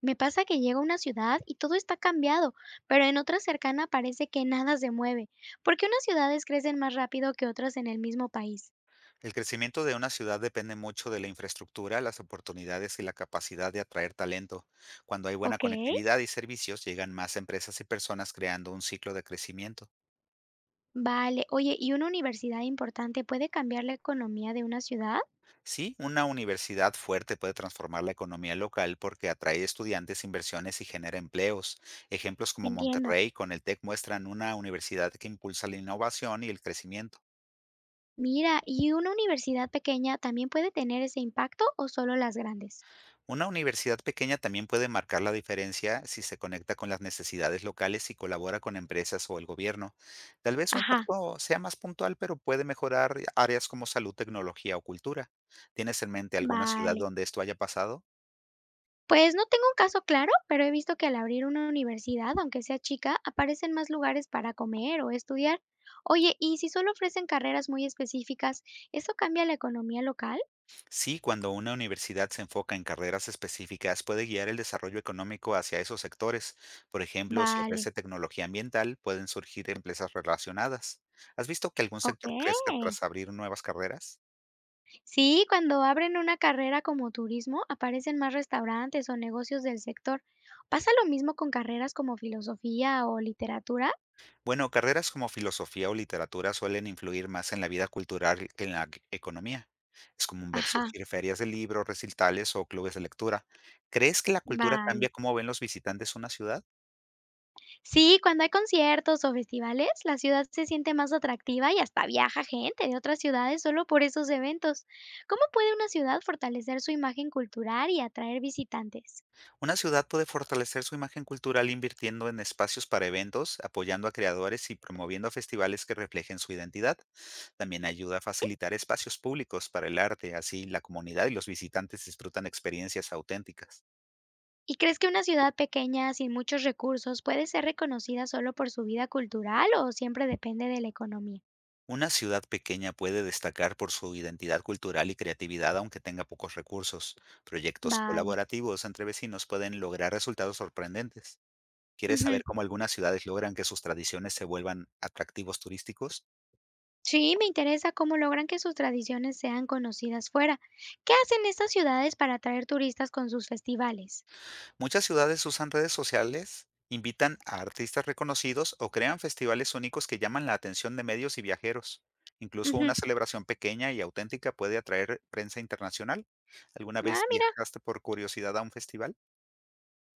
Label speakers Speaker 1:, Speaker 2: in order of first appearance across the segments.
Speaker 1: Me pasa que llego a una ciudad y todo está cambiado, pero en otra cercana parece que nada se mueve. ¿Por qué unas ciudades crecen más rápido que otras en el mismo país?
Speaker 2: El crecimiento de una ciudad depende mucho de la infraestructura, las oportunidades y la capacidad de atraer talento. Cuando hay buena
Speaker 1: Ok,
Speaker 2: conectividad y servicios, llegan más empresas y personas creando un ciclo de crecimiento.
Speaker 1: vale. Oye, ¿y una universidad importante puede cambiar la economía de una ciudad?
Speaker 2: Sí, una universidad fuerte puede transformar la economía local porque atrae estudiantes, inversiones y genera empleos. Ejemplos como
Speaker 1: Entiendo.
Speaker 2: Monterrey con el TEC muestran una universidad que impulsa la innovación y el crecimiento.
Speaker 1: Mira, ¿y una universidad pequeña también puede tener ese impacto o solo las grandes?
Speaker 2: Una universidad pequeña también puede marcar la diferencia si se conecta con las necesidades locales y colabora con empresas o el gobierno. Tal vez su
Speaker 1: Ajá,
Speaker 2: impacto sea más puntual, pero puede mejorar áreas como salud, tecnología o cultura. ¿Tienes en mente alguna ciudad
Speaker 1: vale.
Speaker 2: donde esto haya pasado?
Speaker 1: Pues no tengo un caso claro, pero he visto que al abrir una universidad, aunque sea chica, aparecen más lugares para comer o estudiar. Oye, ¿y si solo ofrecen carreras muy específicas, eso cambia la economía local?
Speaker 2: Sí, cuando una universidad se enfoca en carreras específicas, puede guiar el desarrollo económico hacia esos sectores. Por ejemplo, si
Speaker 1: Vale,
Speaker 2: ofrece tecnología ambiental, pueden surgir empresas relacionadas. ¿Has visto que algún
Speaker 1: ok.
Speaker 2: sector crezca tras abrir nuevas carreras?
Speaker 1: Sí, cuando abren una carrera como turismo, aparecen más restaurantes o negocios del sector. ¿Pasa lo mismo con carreras como filosofía o literatura?
Speaker 2: Bueno, carreras como filosofía o literatura suelen influir más en la vida cultural que en la economía. Es común ver
Speaker 1: Ajá,
Speaker 2: surgir ferias de libros, recitales o clubes de lectura. ¿Crees que la cultura cambia
Speaker 1: vale.
Speaker 2: cómo ven los visitantes una ciudad?
Speaker 1: Sí, cuando hay conciertos o festivales, la ciudad se siente más atractiva y hasta viaja gente de otras ciudades solo por esos eventos. ¿Cómo puede una ciudad fortalecer su imagen cultural y atraer visitantes?
Speaker 2: Una ciudad puede fortalecer su imagen cultural invirtiendo en espacios para eventos, apoyando a creadores y promoviendo festivales que reflejen su identidad. También ayuda a facilitar espacios públicos para el arte, así la comunidad y los visitantes disfrutan experiencias auténticas.
Speaker 1: ¿Y crees que una ciudad pequeña sin muchos recursos puede ser reconocida solo por su vida cultural o siempre depende de la economía?
Speaker 2: Una ciudad pequeña puede destacar por su identidad cultural y creatividad aunque tenga pocos recursos. Proyectos
Speaker 1: Vale.
Speaker 2: colaborativos entre vecinos pueden lograr resultados sorprendentes. ¿Quieres
Speaker 1: Ujú.
Speaker 2: saber cómo algunas ciudades logran que sus tradiciones se vuelvan atractivos turísticos?
Speaker 1: Sí, me interesa cómo logran que sus tradiciones sean conocidas fuera. ¿Qué hacen estas ciudades para atraer turistas con sus festivales?
Speaker 2: Muchas ciudades usan redes sociales, invitan a artistas reconocidos o crean festivales únicos que llaman la atención de medios y viajeros. Incluso una
Speaker 1: Ujú.
Speaker 2: celebración pequeña y auténtica puede atraer prensa internacional. ¿Alguna
Speaker 1: Ah,
Speaker 2: vez
Speaker 1: mira.
Speaker 2: viajaste por curiosidad a un festival?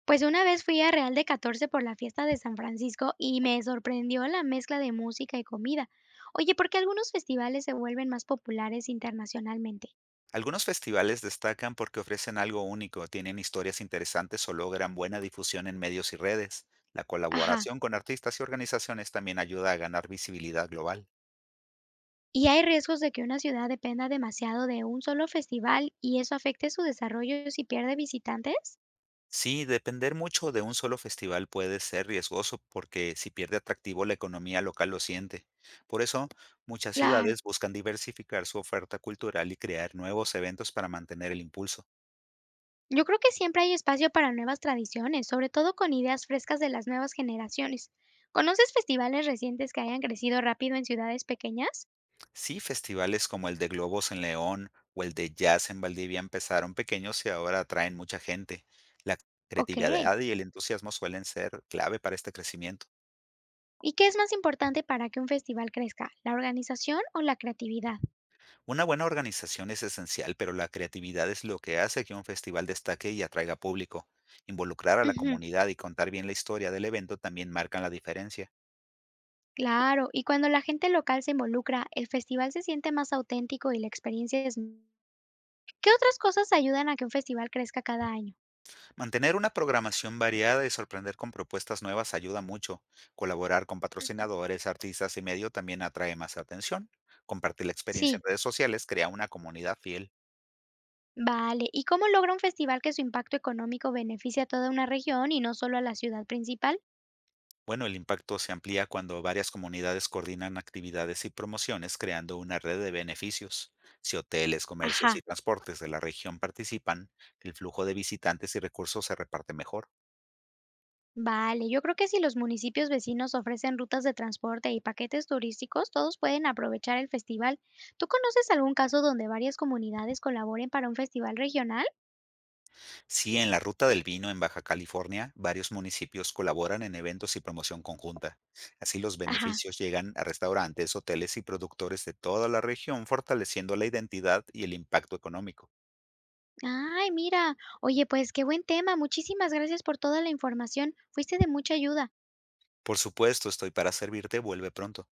Speaker 1: Pues una vez fui a Real de Catorce por la fiesta de San Francisco y me sorprendió la mezcla de música y comida. Oye, ¿por qué algunos festivales se vuelven más populares internacionalmente?
Speaker 2: Algunos festivales destacan porque ofrecen algo único, tienen historias interesantes o logran buena difusión en medios y redes. La
Speaker 1: Ajá.
Speaker 2: colaboración con artistas y organizaciones también ayuda a ganar visibilidad global.
Speaker 1: ¿Y hay riesgos de que una ciudad dependa demasiado de un solo festival y eso afecte su desarrollo si pierde visitantes?
Speaker 2: Sí, depender mucho de un solo festival puede ser riesgoso porque si pierde atractivo la economía local lo siente. Por eso, muchas
Speaker 1: Claro.
Speaker 2: ciudades buscan diversificar su oferta cultural y crear nuevos eventos para mantener el impulso.
Speaker 1: Yo creo que siempre hay espacio para nuevas tradiciones, sobre todo con ideas frescas de las nuevas generaciones. ¿Conoces festivales recientes que hayan crecido rápido en ciudades pequeñas?
Speaker 2: Sí, festivales como el de Globos en León o el de Jazz en Valdivia empezaron pequeños y ahora atraen mucha gente. La
Speaker 1: Ok.
Speaker 2: creatividad y el entusiasmo suelen ser clave para este crecimiento.
Speaker 1: ¿Y qué es más importante para que un festival crezca, la organización o la creatividad?
Speaker 2: Una buena organización es esencial, pero la creatividad es lo que hace que un festival destaque y atraiga público. Involucrar a la
Speaker 1: Ujú,
Speaker 2: comunidad y contar bien la historia del evento también marcan la diferencia.
Speaker 1: claro, y cuando la gente local se involucra, el festival se siente más auténtico y la experiencia es. ¿Qué otras cosas ayudan a que un festival crezca cada año?
Speaker 2: Mantener una programación variada y sorprender con propuestas nuevas ayuda mucho. Colaborar con
Speaker 1: Mm,
Speaker 2: patrocinadores, artistas y medio también atrae más atención. Compartir la experiencia en
Speaker 1: sí,
Speaker 2: redes sociales crea una comunidad fiel.
Speaker 1: vale. ¿Y cómo logra un festival que su impacto económico beneficie a toda una región y no solo a la ciudad principal?
Speaker 2: Bueno, el impacto se amplía cuando varias comunidades coordinan actividades y promociones creando una red de beneficios. Si hoteles, comercios y
Speaker 1: Ajá.
Speaker 2: transportes de la región participan, el flujo de visitantes y recursos se reparte mejor.
Speaker 1: Vale, yo creo que si los municipios vecinos ofrecen rutas de transporte y paquetes turísticos, todos pueden aprovechar el festival. ¿Tú conoces algún caso donde varias comunidades colaboren para un festival regional?
Speaker 2: Sí, en la Ruta del Vino en Baja California, varios municipios colaboran en eventos y promoción conjunta. Así los
Speaker 1: Ajá.
Speaker 2: beneficios llegan a restaurantes, hoteles y productores de toda la región, fortaleciendo la identidad y el impacto económico.
Speaker 1: Ay, mira. Oye, pues qué buen tema. Muchísimas gracias por toda la información. Fuiste de mucha ayuda.
Speaker 2: Por supuesto, estoy para servirte, vuelve pronto.